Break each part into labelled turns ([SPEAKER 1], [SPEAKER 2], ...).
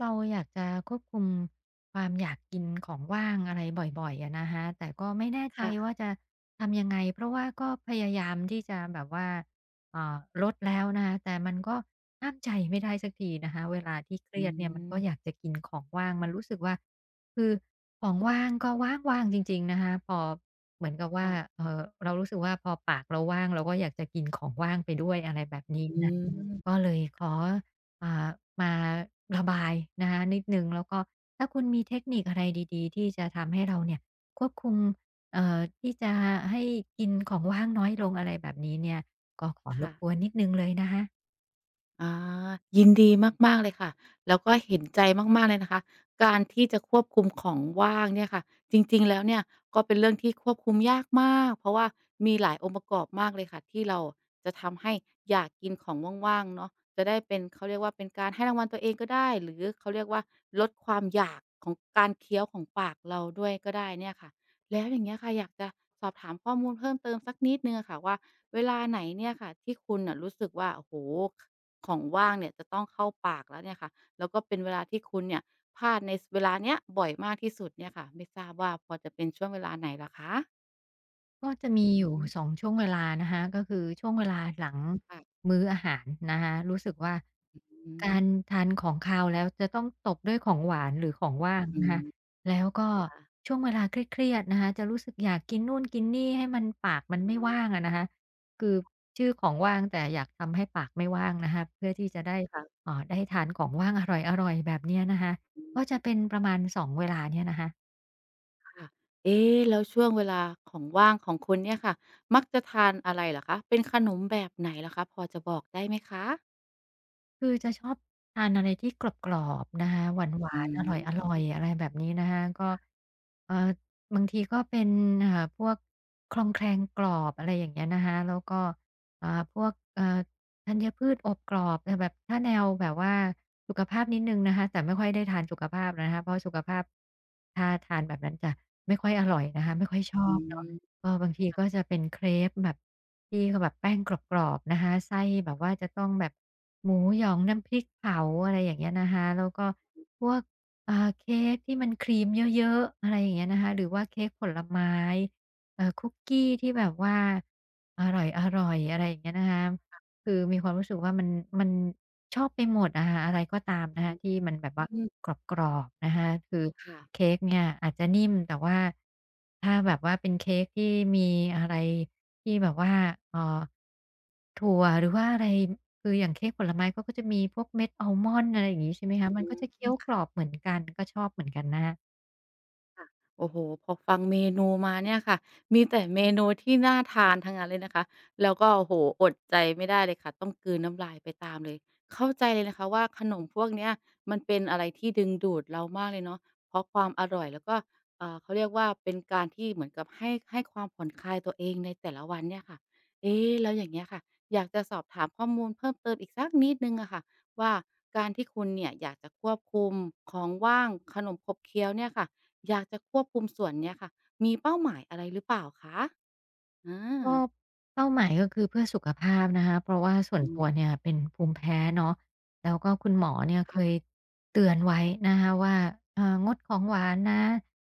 [SPEAKER 1] เราอยากจะควบคุมความอยากกินของว่างอะไรบ่อยๆอะนะคะแต่ก็ไม่แน่ใจ
[SPEAKER 2] ค่ะ
[SPEAKER 1] ว่าจะทำยังไง เพราะว่าก็พยายามที่จะแบบว่าเอ่อลดแล้วนะคะแต่มันก็ห้ามใจไม่ได้สักทีนะคะเวลาที่เครี
[SPEAKER 2] อื
[SPEAKER 1] ยดเนี่ยมันก็อยา
[SPEAKER 2] ม
[SPEAKER 1] กจะกินของว่างมันรู้สึกว่าคือของว่างก็ว่างๆจริงๆนะคะพอเหมือนกับว่า
[SPEAKER 2] ค่ะ
[SPEAKER 1] เรารู้สึกว่าพอปากเราว่างเราก็อยากจะกินของว่างไปด้วยอะไรแบบนี้
[SPEAKER 2] อื
[SPEAKER 1] นะ
[SPEAKER 2] อม
[SPEAKER 1] ก็เลยขออ่ามาระบายนะคะนิดหนึ่งแล้วก็ถ้าคุณมีเทคนิคอะไรดีๆที่จะทำให้เราเนี่ยควบคุมที่จะให้กินของว่างน้อยลงอะไรแบบนี้เนี่ยก็ขอรบกวน
[SPEAKER 2] ค่ะ
[SPEAKER 1] นิดหนึ่งเลยนะคะ
[SPEAKER 2] อายินดีมากๆเลยค่ะแล้วก็เห็นใจมากๆเลยนะคะการที่จะควบคุมของว่างเนี่ยค่ะจริงๆแล้วเนี่ยก็เป็นเรื่องที่ควบคุมยากมากเพราะว่ามีหลายองค์ประกอบมากเลยค่ะที่เราจะทำให้อยากกินของว่างๆเนาะจะได้เป็นเขาเรียกว่าเป็นการให้รางวัลตัวเองก็ได้หรือเขาเรียกว่าลดความอยากของการเคี้ยวของปากเราด้วยก็ได้เนี่ยค่ะแล้วอย่างเงี้ยค่ะอยากจะสอบถามข้อมูลเพิ่มเติมสักนิดหนึ่งอะค่ะว่าเวลาไหนเนี่ยค่ะที่คุณน่ะรู้สึกว่าโอ้โฮ ของว่างเนี่ยจะต้องเข้าปากแล้วเนี่ยค่ะแล้วก็เป็นเวลาที่คุณเนี่ยพลาดในเวลาเนี้ยบ่อยมากที่สุดเนี่ยค่ะไม่ทราบว่าพอจะเป็นช่วงเวลาไหนล่ะคะ
[SPEAKER 1] ก็จะมีอ
[SPEAKER 2] อื
[SPEAKER 1] ยู่
[SPEAKER 2] ม
[SPEAKER 1] 2ช่วงเวลานะคะก็คือช่วงเวลาหลัง
[SPEAKER 2] ค่ะ
[SPEAKER 1] มื้ออาหารนะคะรู้สึกว่า
[SPEAKER 2] อื
[SPEAKER 1] กา
[SPEAKER 2] ม
[SPEAKER 1] รทานของคาวแล้วจะต้องตบด้วยของหวานหรือของว่าง
[SPEAKER 2] อื
[SPEAKER 1] นะคะ
[SPEAKER 2] ม
[SPEAKER 1] แล้วก็
[SPEAKER 2] ค่ะ
[SPEAKER 1] ช่วงเวลาเครียดๆนะคะจะรู้สึกอยากกินนู่นกินนี่ให้มันปากมัน
[SPEAKER 2] อื
[SPEAKER 1] ไม่ว่า
[SPEAKER 2] ม
[SPEAKER 1] งอะนะคะคือชื่อของว่างแต่อยากทำให้ปากไม่ว่างนะคะเพื่อที่จะได้
[SPEAKER 2] ค่ะ
[SPEAKER 1] ได้ทานของว่างอร่อยๆแบบเนี้ยนะคะ
[SPEAKER 2] อื
[SPEAKER 1] ก็จะ
[SPEAKER 2] ม
[SPEAKER 1] เป็นประมาณ2เวลาเนี่ยนะคะ
[SPEAKER 2] ค่ะเอ๊แล้วช่วงเวลาของว่างของคุณเนี่ยค่ะมักจะทานอะไรเหรอคะเป็นขนมแบบไหนเหรอคะพอจะบอกได้ไหมคะ
[SPEAKER 1] คือจะชอบทานอะไรที่กรอบๆนะคะหวา
[SPEAKER 2] อื
[SPEAKER 1] นๆอร่
[SPEAKER 2] ม
[SPEAKER 1] อยๆอะไรแบบนี้นะคะก็เอ่อบางทีก็เป็นอ่าพวกคลองแคลงกรอบอะไรอย่างเงี้ยนะคะแล้วก็อ่าพวกธัญพืชอบกรอบแต่แบบถ้าแนวแบบว่าสุขภาพนิดหนึ่งนะคะแต่ไม่ค่อยได้ทานสุขภาพนะคะเพราะสุขภาพถ้าทานแบบนั้นจะไม่ค่อยอร่อยนะคะไม่ค่อยชอ
[SPEAKER 2] อื
[SPEAKER 1] บเนาะ
[SPEAKER 2] ม
[SPEAKER 1] ก็บางทีก็จะเป็นเครปแบบที่เขาแบบแป้งกรอบๆนะคะไส้แบบว่าจะต้องแบบหมูหยองน้ำพริกเผาอะไรอย่างเงี้ยนะคะแล้วก็พวกเค้กที่มันครีมเยอะๆอะไรอย่างเงี้ยนะคะหรือว่าเค้กผลไม้คุกกี้ที่แบบว่าอร่อยอร่อยอะไรอย่างเงี้ยนะคะคือมีความรู้สึกว่ามัน ชอบไปหมดอะค่ะอะไรก็ตามนะคะที่มันแบบว่า
[SPEAKER 2] อื
[SPEAKER 1] ก
[SPEAKER 2] ม
[SPEAKER 1] รอบๆนะคะคือ
[SPEAKER 2] ค่ะ
[SPEAKER 1] เค้กเนี่ยอาจจะนิ่มแต่ว่าถ้าแบบว่าเป็นเค้กที่มีอะไรที่แบบว่าเอ่อถั่วหรือว่าอะไรคืออย่างเค้กผลไม้เขาก็จะมีพวกเม็ดอัลมอนด์อะไรอย่างงี้ใช่ไหมคะมั
[SPEAKER 2] อื
[SPEAKER 1] นก็จะ
[SPEAKER 2] ม
[SPEAKER 1] เคี้ยวกรอบเหมือนกันก็ชอบเหมือนกันนะคะ
[SPEAKER 2] ค่ะโอ้โฮพอฟังเมนูมาเนี่ยค่ะมีแต่เมนูที่น่าทานทั้งนั้นเลยนะคะแล้วก็โอ้โฮอดใจไม่ได้เลยค่ะต้องกลืนน้ำลายไปตามเลยเข้าใจเลยนะคะว่าขนมพวกเนี้ยมันเป็นอะไรที่ดึงดูดเรามากเลยเนาะเพราะความอร่อยแล้วก็เขาเรียกว่าเป็นการที่เหมือนกับให้ความผ่อนคลายตัวเองในแต่ละวันเนี่ยค่ะเอ๊แล้วอย่างเงี้ยค่ะอยากจะสอบถามข้อมูลเพิ่มเติมอีกสักนิดหนึ่งอะค่ะว่าการที่คุณเนี่ยอยากจะควบคุมของว่างขนมขบเคี้ยวเนี่ยค่ะ อยากจะควบคุมส่วนเนี้ยค่ะ มีเป้าหมายอะไรหรือเปล่าคะอา
[SPEAKER 1] ก็เป้าหมายก็คือเพื่อสุขภาพนะคะเพราะว่าส่ว
[SPEAKER 2] อื
[SPEAKER 1] น
[SPEAKER 2] ม
[SPEAKER 1] ตัวเนี่ยเป็นภูมิแพ้เนาะแล้วก็คุณหมอเนี่ยเคย
[SPEAKER 2] ค่ะ
[SPEAKER 1] เตือนไว้นะคะว่างดของหวานนะ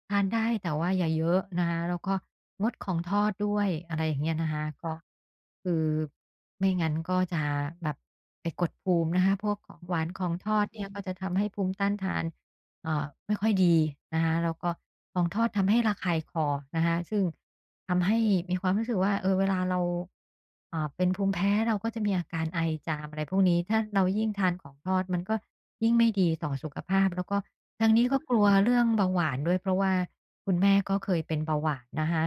[SPEAKER 1] ทานได้แต่ว่าอย่าเยอะนะคะแล้วก็งดของทอดด้วยอะไรอย่างเงี้ยนะคะก็คือไม่งั้นก็จะแบบไปกดภูมินะคะพวกของหวานของทอด
[SPEAKER 2] อื
[SPEAKER 1] เนี่ยก็
[SPEAKER 2] ม
[SPEAKER 1] จะทำให้ภูมิต้านทานไม่ค่อยดีนะคะแล้วก็ของทอดทำให้ระคายคอนะคะซึ่ง ทำให้มีความรู้สึกว่าเออเวลาเราเป็นภูมิแพ้เราก็จะมีอาการไอจามอะไรพวกนี้ถ้าเรายิ่งทานของทอดมันก็ยิ่งไม่ดีต่อสุขภาพแล้วก็ทางนี้ก็กลัวเรื่อง
[SPEAKER 2] อา
[SPEAKER 1] เบาหวานด้วยเพราะว่าคุณแม่ก็เคยเป็นเบาหวานนะคะ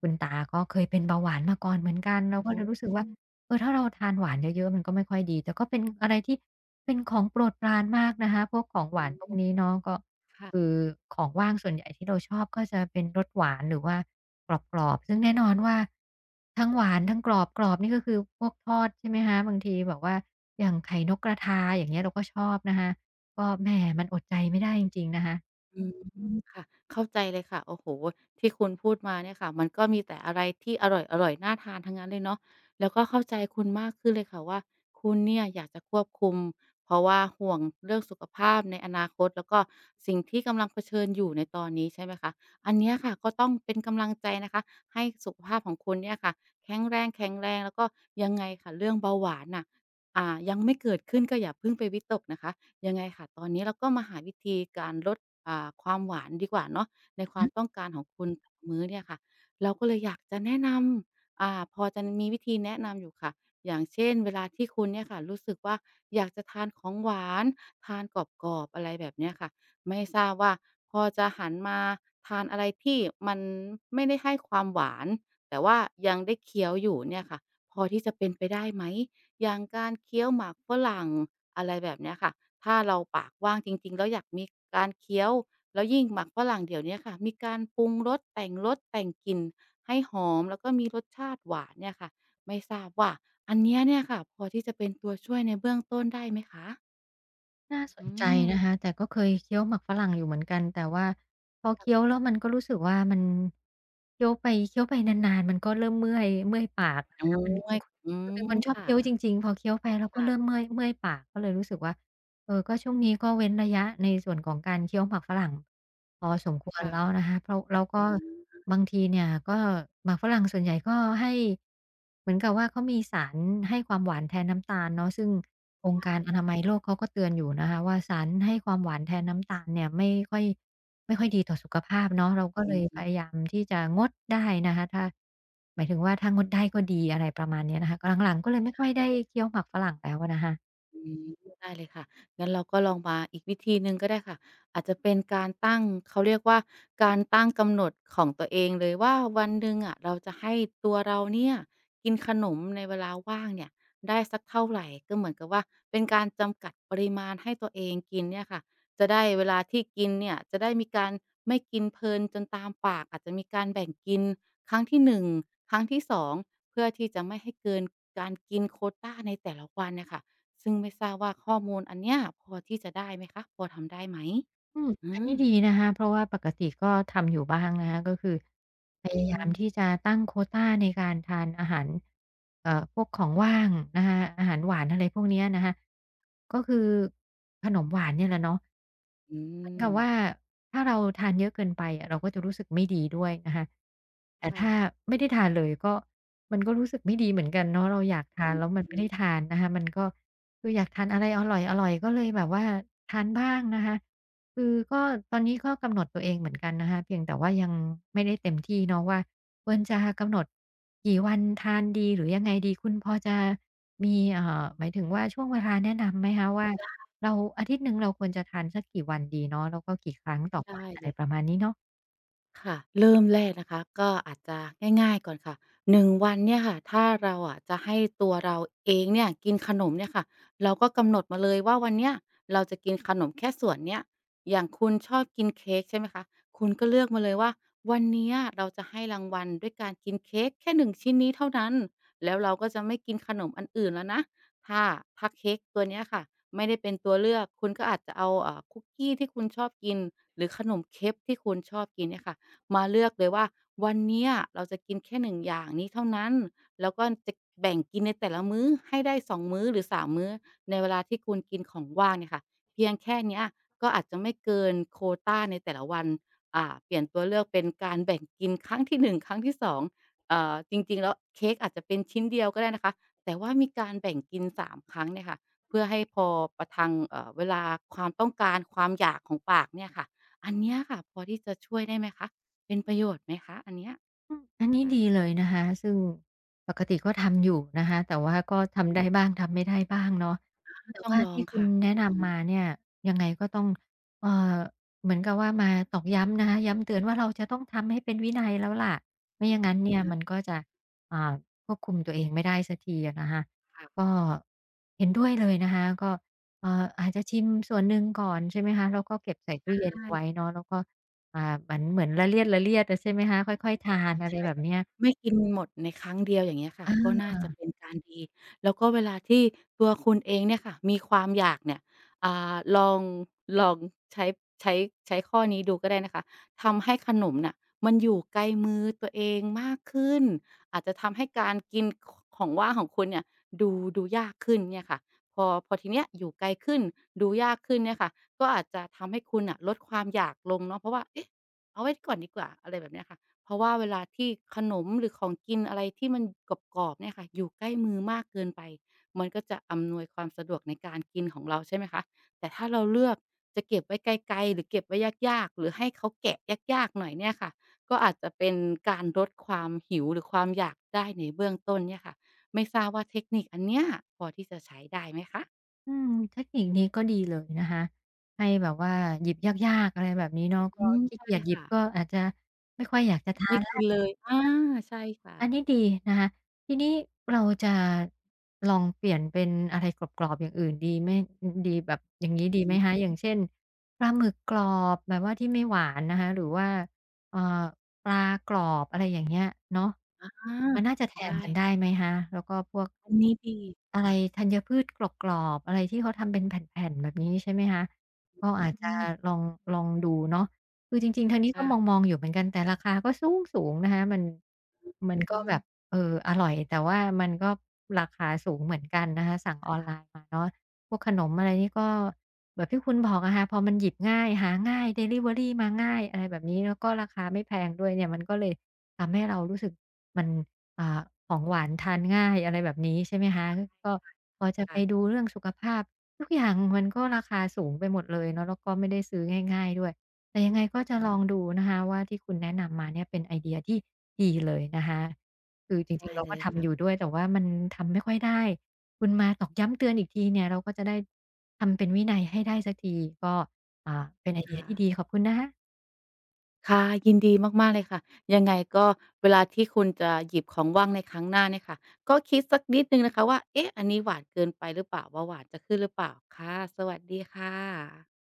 [SPEAKER 1] คุณตาก็เคยเป็นเบาหวานมาก่อนเหมือนกันเราก็
[SPEAKER 2] โอ
[SPEAKER 1] เลยรู้สึก
[SPEAKER 2] อื
[SPEAKER 1] ว่า
[SPEAKER 2] ม
[SPEAKER 1] เออถ้าเราทานหวานเยอะๆมันก็ไม่ค่อยดีแต่ก็เป็นอะไรที่เป็นของโปรดปรานมากนะคะพวกของหวานพวกนี้เนาะก็ คือ
[SPEAKER 2] ค่ะ
[SPEAKER 1] ของว่างส่วนใหญ่ที่เราชอบก็จะเป็นรสหวานหรือว่ากรอบๆซึ่งแน่นอนว่าทั้งหวานทั้งกรอบกรอบนี่ก็คือพวกทอดใช่ไหมคะบางทีแบบว่าอย่างไข่นกกระทาอย่างเงี้ยเราก็ชอบนะคะก็แหมมันอดใจไม่ได้จริงๆนะคะ
[SPEAKER 2] อืมค่ะเข้าใจเลยค่ะโอ้โฮที่คุณพูดมาเนี่ยค่ะมันก็มีแต่อะไรที่อร่อยๆน่าทานทั้งนั้นเลยเนาะแล้วก็เข้าใจคุณมากขึ้นเลยค่ะว่าคุณเนี่ยอยากจะควบคุมเพราะว่าห่วงเรื่องสุขภาพในอนาคตแล้วก็สิ่งที่กำลังเผชิญอยู่ในตอนนี้ใช่ไหมคะอันเนี้ยค่ะก็ต้องเป็นกำลังใจนะคะให้สุขภาพของคุณเนี่ยค่ะแข็งแรงแข็งแรงแล้วก็ยังไงค่ะเรื่องเบาหวานน่ะยังไม่เกิดขึ้นก็อย่าเพิ่งไปวิตกนะคะยังไงค่ะตอนนี้เราก็มาหาวิธีการลด ความหวานดีกว่าเนาะใน
[SPEAKER 1] อือ
[SPEAKER 2] ควา
[SPEAKER 1] ฮึ
[SPEAKER 2] มต้องการของคุณแต่ละมื้อเนี่ยค่ะเราก็เลยอยากจะแนะนำพอจะมีวิธีแนะนำอยู่ค่ะอย่างเช่นเวลาที่คุณเนี่ยค่ะรู้สึกว่าอยากจะทานของหวานทานกรอบๆอะไรแบบเนี้ยค่ะไม่ทราบว่าพอจะหันมาทานอะไรที่มันไม่ได้ให้ความหวานแต่ว่ายังได้เคี้ยวอยู่เนี่ยค่ะพอที่จะเป็นไปได้ไหม อย่างการเคี้ยวหมากฝรั่งอะไรแบบเนี้ยค่ะถ้าเราปากว่างจริงๆ แล้วอยากมีการเคี้ยวแล้วยิ่งหมักฝรั่งเดี๋ยวเนี้ยค่ะมีการปรุงรสแต่งรสแต่งกลิ่นให้หอมแล้วก็มีรสชาติหวานเนี่ยค่ะไม่ทราบว่าอันเนี้ยเนี่ยค่ะพอที่จะเป็นตัวช่วยในเบื้องต้นได้ไหมคะ
[SPEAKER 1] น่าส
[SPEAKER 2] อื
[SPEAKER 1] นใจ
[SPEAKER 2] ม
[SPEAKER 1] นะคะแต่ก็เคยเคี้ยวหมากฝรั่งอยู่เหมือนกันแต่ว่าพอเคี้ยว
[SPEAKER 2] ค่ะ
[SPEAKER 1] แล้วมันก็รู้สึกว่ามันเคี้ยวไปเคี้ยวไปนานๆมันก็เริ่มเมื่อยปากนะ
[SPEAKER 2] โอ้
[SPEAKER 1] คะมันเป็น
[SPEAKER 2] ยอื
[SPEAKER 1] คือเป็นค
[SPEAKER 2] ม
[SPEAKER 1] นชอบ
[SPEAKER 2] ค่ะ
[SPEAKER 1] เคี้ยวจริงๆพอเคี้ยวไปแล้วก็
[SPEAKER 2] ค่ะ
[SPEAKER 1] เริ่มเมื่อยปากก็เลยรู้สึกว่า เออก็ช่วงนี้ก็เว้นระยะในส่วนของการเคี้ยวหมากฝรั่งพอสมควร
[SPEAKER 2] ค่ะ
[SPEAKER 1] แล้วนะคะเพราะแล้วก็
[SPEAKER 2] อืม
[SPEAKER 1] บางทีเนี่ยก็หมากฝรั่งส่วนใหญ่ก็ให้เหมือนกับว่าเขามีสารให้ความหวานแทนน้ำตาลเนาะซึ่งองค์การอนามัยโล
[SPEAKER 2] ค่ะ
[SPEAKER 1] กเขาก็เตือนอยู่นะคะว่าสารให้ความหวานแทนน้ำตาลเนี่ยไม่ค่อยดีต่อสุขภาพเนาะเราก็เล
[SPEAKER 2] อื
[SPEAKER 1] ยพ
[SPEAKER 2] ม
[SPEAKER 1] ยายามที่จะงดได้นะคะถ้าหมายถึงว่าถ้างดได้ก็ดีอะไรประมาณเนี้ยนะคะหลังๆก็เลยไม่ค่อยได้เคี้ยวหมากฝรั่งแล้วอะนะคะ
[SPEAKER 2] อืมได้เลยค่ะงั้นเราก็ลองมาอีกวิธีหนึ่งก็ได้ค่ะอาจจะเป็นการตั้งเขาเรียกว่าการตั้งกำหนดของตัวเองเลยว่าวันหนึ่งอะเราจะให้ตัวเราเนี่ยกินขนมในเวลาว่างเนี่ยได้สักเท่าไรก็เหมือนกับว่าเป็นการจำกัดปริมาณให้ตัวเองกินเนี่ยค่ะจะได้เวลาที่กินเนี่ยจะได้มีการไม่กินเพลินจนตามปากอาจจะมีการแบ่งกินครั้งที่1ครั้งที่2เพื่อที่จะไม่ให้เกินการกินโควตาในแต่ละวันเน่ยค่ะ ซึ่งไม่ทราบว่าข้อมูลอันเนี้ยพอที่จะได้ไหมคะพอทำได้ไหม
[SPEAKER 1] อืม
[SPEAKER 2] อื
[SPEAKER 1] อันนี้
[SPEAKER 2] ม
[SPEAKER 1] ดีนะคะเพราะว่าปกติก็ทำอยู่บ้างนะคะก็คือพยา
[SPEAKER 2] อื
[SPEAKER 1] ยาม
[SPEAKER 2] ม
[SPEAKER 1] ที่จะตั้งโควตาในการทานอาหารพวกของว่างนะคะอาหารหวานอะไรพวกเนี้ยนะคะก็คือขนมหวานเนี่ยแหละเนาะ
[SPEAKER 2] อื
[SPEAKER 1] เหมือน
[SPEAKER 2] ม
[SPEAKER 1] กับว่าถ้าเราทานเยอะเกินไปอะเราก็จะรู้สึกไม่ดีด้วยนะคะแต่
[SPEAKER 2] ค่ะ
[SPEAKER 1] ถ้าไม่ได้ทานเลยก็มันก็รู้สึกไม่ดีเหมือนกันเนาะเราอยากทา
[SPEAKER 2] อื
[SPEAKER 1] น
[SPEAKER 2] อ
[SPEAKER 1] แล้วมัน
[SPEAKER 2] ฮึ
[SPEAKER 1] ไม่ได้ทานนะคะมันก็คืออยากทานอะไรอร่อยๆก็เลยแบบว่าทานบ้างนะคะ คือก็ตอนนี้ก็กำหนดตัวเองเหมือนกันนะคะเพียงแต่ว่ายังไม่ได้เต็มที่เนาะว่าควรจะกำหนดกี่วันทานดีหรือยังไงดีคุณพอจะมีหมายถึงว่าช่วงเวลาแนะนำไหมคะว่าเราอาทิตย์หนึ่งเราควรจะทานสักกี่วันดีเนาะแล้วก็กี่ครั้งืต่อ
[SPEAKER 2] ใช่
[SPEAKER 1] วันอะ
[SPEAKER 2] เล
[SPEAKER 1] ไร
[SPEAKER 2] ย
[SPEAKER 1] ประมาณนี้เนาะ
[SPEAKER 2] ค่ะเริ่มแรกนะคะก็อาจจะง่ายๆก่อนค่ะ1วันเนี่ยค่ะถ้าเราอะจะให้ตัวเราเองเนี่ยกินขนมเนี่ยค่ะเราก็กำหนดมาเลยว่าวันเนี้ยเราจะกินขนมแค่ส่วนเนี้ยอย่างคุณชอบกินเค้กใช่ไหมคะคุณก็เลือกมาเลยว่าวันเนี้ยเราจะให้รางวัลด้วยการกินเค้กแค่หนึ่งชิ้นนี้เท่านั้นแล้วเราก็จะไม่กินขนมอันอื่นแล้วนะถ้าถ้าเค้กตัวเนี้ยค่ะไม่ได้เป็นตัวเลือกคุณก็อาจจะเอาคุกกี้ที่คุณชอบกินหรือขนมเคกที่คุณชอบกินเนี่ยค่ะ มาเลือกเลยว่าวันเนี้ยเราจะกินแค่1อย่างนี้เท่านั้นแล้วก็จะแบ่งกินในแต่ละมื้อให้ได้2มื้อหรือ3มมื้อในเวลาที่คุณกินของว่างเนี่ยค่ะเพียงแค่เนี้ยก็อาจจะไม่เกินโควตาในแต่ละวันอ่าเปลี่ยนตัวเลือกเป็นการแบ่งกินครั้งที่1ครั้งที่2จริงๆแล้วเค้กอาจจะเป็นชิ้นเดียวก็ได้นะคะแต่ว่ามีการแบ่งกินสามครั้งเนี่ยค่ะเพื่อให้พอประทังเวลาความต้องการความอยากของปากเนี่ยค่ะอันเนี้ยค่ะพอที่จะช่วยได้ไหมคะ เป็นประโยชน์ไหมคะอันเนี้ย
[SPEAKER 1] อืมอันนี้
[SPEAKER 2] ค่ะ
[SPEAKER 1] ดีเลยนะคะซึ่งปกติก็ทำอยู่นะคะแต่ว่าก็ทำได้บ้างทำไม่ได้บ้างเนาะแต่
[SPEAKER 2] ต้อง
[SPEAKER 1] ว่า
[SPEAKER 2] ลอ
[SPEAKER 1] ที่
[SPEAKER 2] ง
[SPEAKER 1] คุณ
[SPEAKER 2] ค่ะ
[SPEAKER 1] แนะ
[SPEAKER 2] ต้องลอง
[SPEAKER 1] นำมาเนี่ยยังไงก็ต้องเอ่อเหมือนกับว่ามาตอกย้ำนะคะย้ำเตือนว่าเราจะต้องทำให้เป็นวินัยแล้วล่ะไม่อย่างงั้นเนี่ยมัน
[SPEAKER 2] นะ
[SPEAKER 1] ก็จะอ่าควบคุมตัวเองไม่ได้สักทีอะนะคะ
[SPEAKER 2] ค่ะ
[SPEAKER 1] ก็เห็นด้วยเลยนะคะก็อาจจะชิมส่วนหนึ่งก่อนใช่ไหมคะแล้วก็เก็บใส่ตู้เย็นไว้
[SPEAKER 2] ใช่
[SPEAKER 1] เนาะแล้วก็ อ่ามันเหมือนละเลียดอะใช่ไหมคะค่อยๆทานอะไร
[SPEAKER 2] ใช่
[SPEAKER 1] แบบ
[SPEAKER 2] ค่ะ
[SPEAKER 1] เนี้ย
[SPEAKER 2] ไม่กินหมดในครั้งเดียวอย่างเงี้ยค่ะก็
[SPEAKER 1] อา
[SPEAKER 2] น่าจะเป็นการดีแล้วก็เวลาที่ตัวคุณเองเนี่ยค่ะมีความอยากเนี่ยอ่าลองใช้ใช้ใช้ข้อนี้ดูก็ได้นะคะทำให้ขนมน่ะมันอยู่ไกลมือตัวเองมากขึ้นอาจจะทำให้การกินขของว่างของคุณเนี่ยดูดูยากขึ้นเนี่ยค่ะพอทีเนี้ยอยู่ไกลขึ้นดูยากขึ้นเนี่ยค่ะก็อาจจะทำให้คุณน่ะลดความอยากลงเนาะเพราะว่าเอ๊ะเอาไว้ก่อนดีกว่าอะไรแบบเนี้ยค่ะ เพราะว่าเวลาที่ขนมหรือของกินอะไรที่มันกรอบๆเนี่ยค่ะอยู่ใกล้มือมากเกินไปมันก็จะอำนวยความสะดวกในการกินของเราใช่ไหมคะแต่ถ้าเราเลือกจะเก็บไว้ไกลๆหรือเก็บไว้ยากๆหรือให้เขาแกะยากๆหน่อยเนี่ยค่ะก็อาจจะเป็นการลดความหิวหรือความอยากได้ในเบื้องต้นเนี่ยค่ะไม่ทราบว่าเทคนิคอันเนี้ยพอที่จะใช้ได้ไหมคะ
[SPEAKER 1] อืมเทคนิคนี้ก็ดีเลยนะคะให้แบบว่าหยิบยากๆอะไรแบบนี้เนาะก็
[SPEAKER 2] อืม
[SPEAKER 1] ขี้
[SPEAKER 2] ใช่
[SPEAKER 1] เกียจหยิบ
[SPEAKER 2] ค่ะ
[SPEAKER 1] ก็อาจจะไม่ค่อยอยากจะทา
[SPEAKER 2] ไม่
[SPEAKER 1] นแล้ว
[SPEAKER 2] กินเลยอา
[SPEAKER 1] อา
[SPEAKER 2] ใช่ค่ะ
[SPEAKER 1] อันนี้ดีนะคะทีนี้เราจะลองเปลี่ยนเป็นอะไรกรอบๆอย่างอื่นดีไหมอือดีแบบอย่างงี้ดีไหม
[SPEAKER 2] อื
[SPEAKER 1] คะ
[SPEAKER 2] ม
[SPEAKER 1] อย่างเช่นปลาหมึกกรอบแบบว่าที่ไม่หวานนะคะหรือว่าเอ่อ ปลากรอบอะไรอย่างเงี้ยเนาะ
[SPEAKER 2] อา
[SPEAKER 1] มันน่าจะแทน
[SPEAKER 2] ได้
[SPEAKER 1] กันได้ไหมคะแล้วก็พวก
[SPEAKER 2] อันนี้ดี
[SPEAKER 1] อะไร
[SPEAKER 2] ค่ะ
[SPEAKER 1] ธัญพืชกรอบๆอะไรที่เขาทำเป็นแผ่นๆแบบนี้ใช่ไหมคะก็อาจจะ
[SPEAKER 2] อืม
[SPEAKER 1] ลองลองดูเนาะคือจริงๆทางนี้ก็ม
[SPEAKER 2] ค่ะ
[SPEAKER 1] องๆอยู่เหมือนกันแต่ราคาก็สูงๆนะคะมันก็
[SPEAKER 2] อื
[SPEAKER 1] แบ
[SPEAKER 2] ม
[SPEAKER 1] บเอออร่อยแต่ว่ามันก็ราคาสูงเหมือนกันนะคะสั่งออน
[SPEAKER 2] ค่ะ
[SPEAKER 1] ไลน์มาเนาะ พวกขนมอะไรนี่ก็แบบที่คุณบอกอะค่ะพอมันหยิบง่ายหาง่ายดิลิเวอรีมาง่ายอะไรแบบนี้แล้วก็ราคาไม่แพงด้วยเนี่ยมันก็เลยทำให้เรารู้สึกมันอ่าของหวานทานง่ายอะไรแบบนี้ใช่ไหมคะก็พอจะไปดู
[SPEAKER 2] ค่ะ
[SPEAKER 1] เรื่องสุขภาพทุกอย่างมันก็ราคาสูงไปหมดเลยเนาะแล้วก็ไม่ได้ซื้อง่ายๆด้วยแต่ยังไงก็จะลอ
[SPEAKER 2] ค่ะ
[SPEAKER 1] งดูนะคะว่าที่คุณแนะนำมาเนี่ยเป็นไอเดียที่ดีเลยนะคะคือจริง
[SPEAKER 2] ได้
[SPEAKER 1] ๆเรา
[SPEAKER 2] เล
[SPEAKER 1] ก็
[SPEAKER 2] ย
[SPEAKER 1] ทำ
[SPEAKER 2] ค่ะ
[SPEAKER 1] อยู่ด้วยแต่ว่ามันทำไม่ค่อยได้ คุณมาตอกย้ำเตือนอีกทีเนี่ยเราก็จะได้ทำเป็นวินัยให้ได้สักทีก็อ่าเป็นไอเดีย
[SPEAKER 2] ค่ะ
[SPEAKER 1] ที่ดีขอบคุณนะคะ
[SPEAKER 2] ค่ะ ยินดีมากๆเลยค่ะ ยังไงก็เวลาที่คุณจะหยิบของว่างในครั้งหน้าเนี่ยค่ะ ก็คิดสักนิดหนึ่งนะคะว่าเอ๊ะอันนี้หวานเกินไปหรือเปล่าเบาหวานจะขึ้นหรือเปล่า ค่ะ สวัสดีค่ะ